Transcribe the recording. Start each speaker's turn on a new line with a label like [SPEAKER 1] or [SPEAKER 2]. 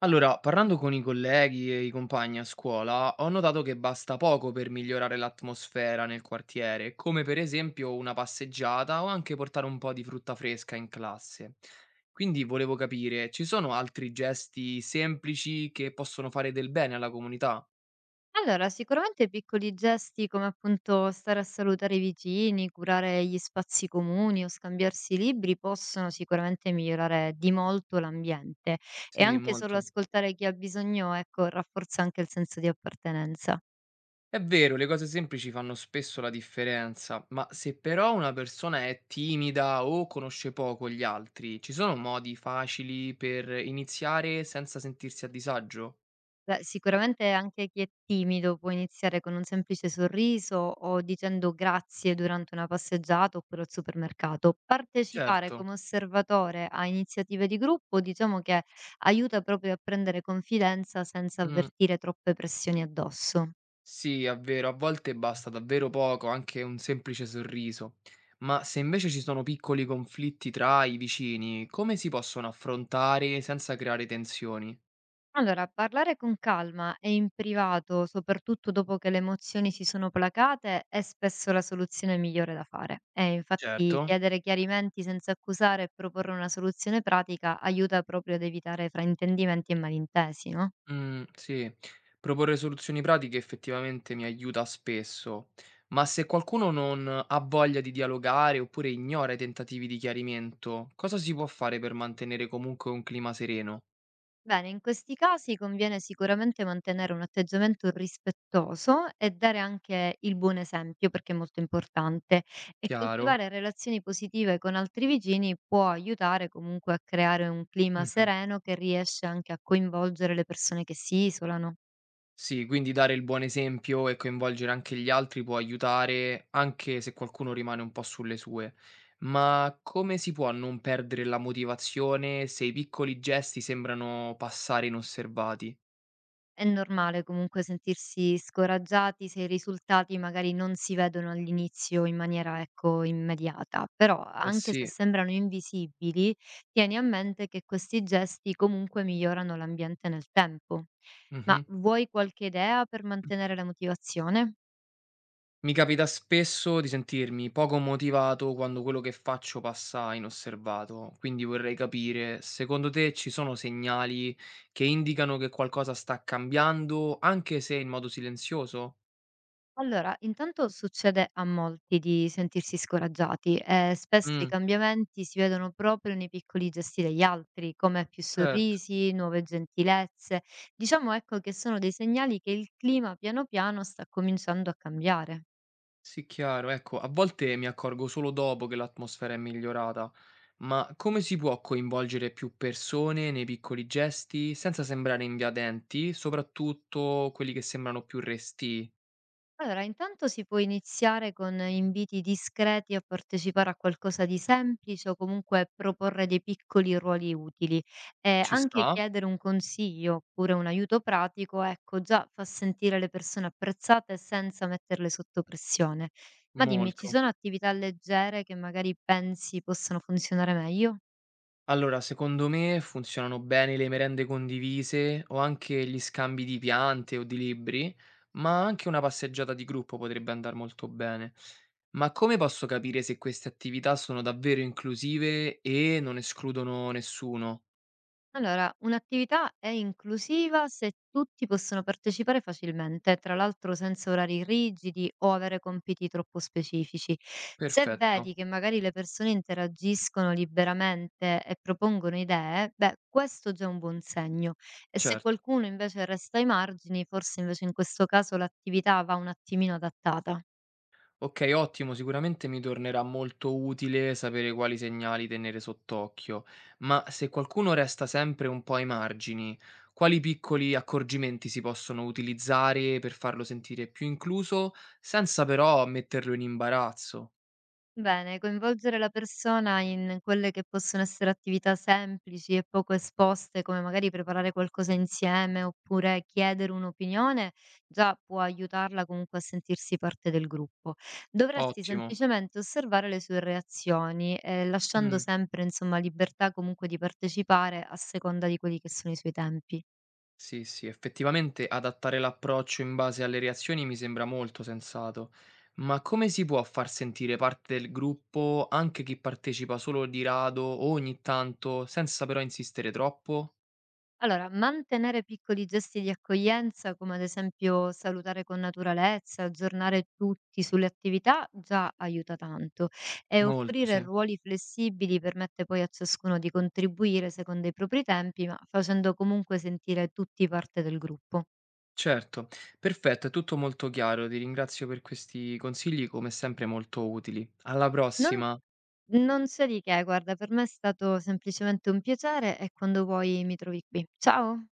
[SPEAKER 1] Allora, parlando con i colleghi e i compagni a scuola, ho notato che basta poco per migliorare l'atmosfera nel quartiere, come per esempio una passeggiata o anche portare un po' di frutta fresca in classe. Quindi volevo capire, ci sono altri gesti semplici che possono fare del bene alla comunità?
[SPEAKER 2] Allora, sicuramente piccoli gesti come appunto stare a salutare i vicini, curare gli spazi comuni o scambiarsi libri possono sicuramente migliorare di molto l'ambiente e
[SPEAKER 1] Sì,
[SPEAKER 2] anche solo
[SPEAKER 1] molto.
[SPEAKER 2] ascoltare chi ha bisogno, ecco, rafforza anche il senso di appartenenza.
[SPEAKER 1] È vero, le cose semplici fanno spesso la differenza, ma se però una persona è timida o conosce poco gli altri, ci sono modi facili per iniziare senza sentirsi a disagio?
[SPEAKER 2] Beh, sicuramente anche chi è timido può iniziare con un semplice sorriso o dicendo grazie durante una passeggiata oppure al supermercato. Partecipare
[SPEAKER 1] Certo.
[SPEAKER 2] come osservatore a iniziative di gruppo, diciamo che aiuta proprio a prendere confidenza senza
[SPEAKER 1] Mm,
[SPEAKER 2] avvertire troppe pressioni addosso.
[SPEAKER 1] sì, è vero, a volte basta davvero poco, anche un semplice sorriso. Ma se invece ci sono piccoli conflitti tra i vicini, come si possono affrontare senza creare tensioni?
[SPEAKER 2] Allora, parlare con calma e in privato, soprattutto dopo che le emozioni si sono placate, è spesso la soluzione migliore da fare. E infatti
[SPEAKER 1] Certo.
[SPEAKER 2] chiedere chiarimenti senza accusare e proporre una soluzione pratica aiuta proprio ad evitare fraintendimenti e malintesi, no?
[SPEAKER 1] Mhmm, sì. Proporre soluzioni pratiche effettivamente mi aiuta spesso, ma se qualcuno non ha voglia di dialogare oppure ignora i tentativi di chiarimento, cosa si può fare per mantenere comunque un clima sereno?
[SPEAKER 2] Bene, in questi casi conviene sicuramente mantenere un atteggiamento rispettoso e dare anche il buon esempio, perché è molto importante, e
[SPEAKER 1] Chiaro.
[SPEAKER 2] coltivare relazioni positive con altri vicini può aiutare comunque a creare un clima
[SPEAKER 1] Mh-mh.
[SPEAKER 2] sereno che riesce anche a coinvolgere le persone che si isolano.
[SPEAKER 1] Sì, quindi dare il buon esempio e coinvolgere anche gli altri può aiutare, anche se qualcuno rimane un po' sulle sue. Ma come si può non perdere la motivazione se i piccoli gesti sembrano passare inosservati?
[SPEAKER 2] È normale comunque sentirsi scoraggiati se i risultati magari non si vedono all'inizio in maniera, ecco, immediata, però
[SPEAKER 1] Eh
[SPEAKER 2] anche se
[SPEAKER 1] sì.
[SPEAKER 2] sembrano invisibili, tieni a mente che questi gesti comunque migliorano l'ambiente nel tempo. Ma
[SPEAKER 1] Mh-mh.
[SPEAKER 2] vuoi qualche idea per mantenere la motivazione?
[SPEAKER 1] Mi capita spesso di sentirmi poco motivato quando quello che faccio passa inosservato, quindi vorrei capire, secondo te ci sono segnali che indicano che qualcosa sta cambiando, anche se in modo silenzioso?
[SPEAKER 2] Allora, intanto succede a molti di sentirsi scoraggiati e spesso i
[SPEAKER 1] Mm,
[SPEAKER 2] cambiamenti si vedono proprio nei piccoli gesti degli altri, come più
[SPEAKER 1] certo,
[SPEAKER 2] sorrisi, nuove gentilezze. Diciamo ecco che sono dei segnali che il clima piano piano sta cominciando a cambiare.
[SPEAKER 1] sì, chiaro. Ecco, a volte mi accorgo solo dopo che l'atmosfera è migliorata, ma come si può coinvolgere più persone nei piccoli gesti senza sembrare invadenti, soprattutto quelli che sembrano più resti?
[SPEAKER 2] Allora, intanto si può iniziare con inviti discreti a partecipare a qualcosa di semplice o comunque proporre dei piccoli ruoli utili. E
[SPEAKER 1] Ci
[SPEAKER 2] anche
[SPEAKER 1] sta?
[SPEAKER 2] chiedere un consiglio oppure un aiuto pratico, ecco, già fa sentire le persone apprezzate senza metterle sotto pressione. Ma dimmi, ci
[SPEAKER 1] Molto.
[SPEAKER 2] sono attività leggere che magari pensi possano funzionare meglio?
[SPEAKER 1] Allora, secondo me funzionano bene le merende condivise o anche gli scambi di piante o di libri, ma anche una passeggiata di gruppo potrebbe andare molto bene. Ma come posso capire se queste attività sono davvero inclusive e non escludono nessuno?
[SPEAKER 2] Allora, un'attività è inclusiva se tutti possono partecipare facilmente, tra l'altro senza orari rigidi o avere compiti troppo specifici. Se
[SPEAKER 1] Perfetto,
[SPEAKER 2] vedi che magari le persone interagiscono liberamente e propongono idee, beh, questo già è un buon segno. E se
[SPEAKER 1] certo.
[SPEAKER 2] qualcuno invece resta ai margini, forse invece in questo caso l'attività va un attimino adattata.
[SPEAKER 1] Okay, ottimo, sicuramente mi tornerà molto utile sapere quali segnali tenere sott'occhio, ma se qualcuno resta sempre un po' ai margini, quali piccoli accorgimenti si possono utilizzare per farlo sentire più incluso senza però metterlo in imbarazzo?
[SPEAKER 2] Bene, coinvolgere la persona in quelle che possono essere attività semplici e poco esposte, come magari preparare qualcosa insieme oppure chiedere un'opinione, già può aiutarla comunque a sentirsi parte del gruppo. Dovresti
[SPEAKER 1] Ottimo.
[SPEAKER 2] semplicemente osservare le sue reazioni, lasciando
[SPEAKER 1] Mh.
[SPEAKER 2] sempre, insomma, libertà comunque di partecipare a seconda di quelli che sono i suoi tempi.
[SPEAKER 1] Sì, sì, effettivamente adattare l'approccio in base alle reazioni mi sembra molto sensato, ma come si può far sentire parte del gruppo anche chi partecipa solo di rado o ogni tanto, senza però insistere troppo?
[SPEAKER 2] Allora, mantenere piccoli gesti di accoglienza, come ad esempio salutare con naturalezza, aggiornare tutti sulle attività, già aiuta tanto. E
[SPEAKER 1] Molto,
[SPEAKER 2] offrire
[SPEAKER 1] sì.
[SPEAKER 2] ruoli flessibili permette poi a ciascuno di contribuire secondo i propri tempi, ma facendo comunque sentire tutti parte del gruppo.
[SPEAKER 1] Certo, perfetto, è tutto molto chiaro, ti ringrazio per questi consigli come sempre molto utili. Alla
[SPEAKER 2] Non,
[SPEAKER 1] prossima!
[SPEAKER 2] non c'è di che, guarda, per me è stato semplicemente un piacere e quando vuoi mi trovi qui. Ciao!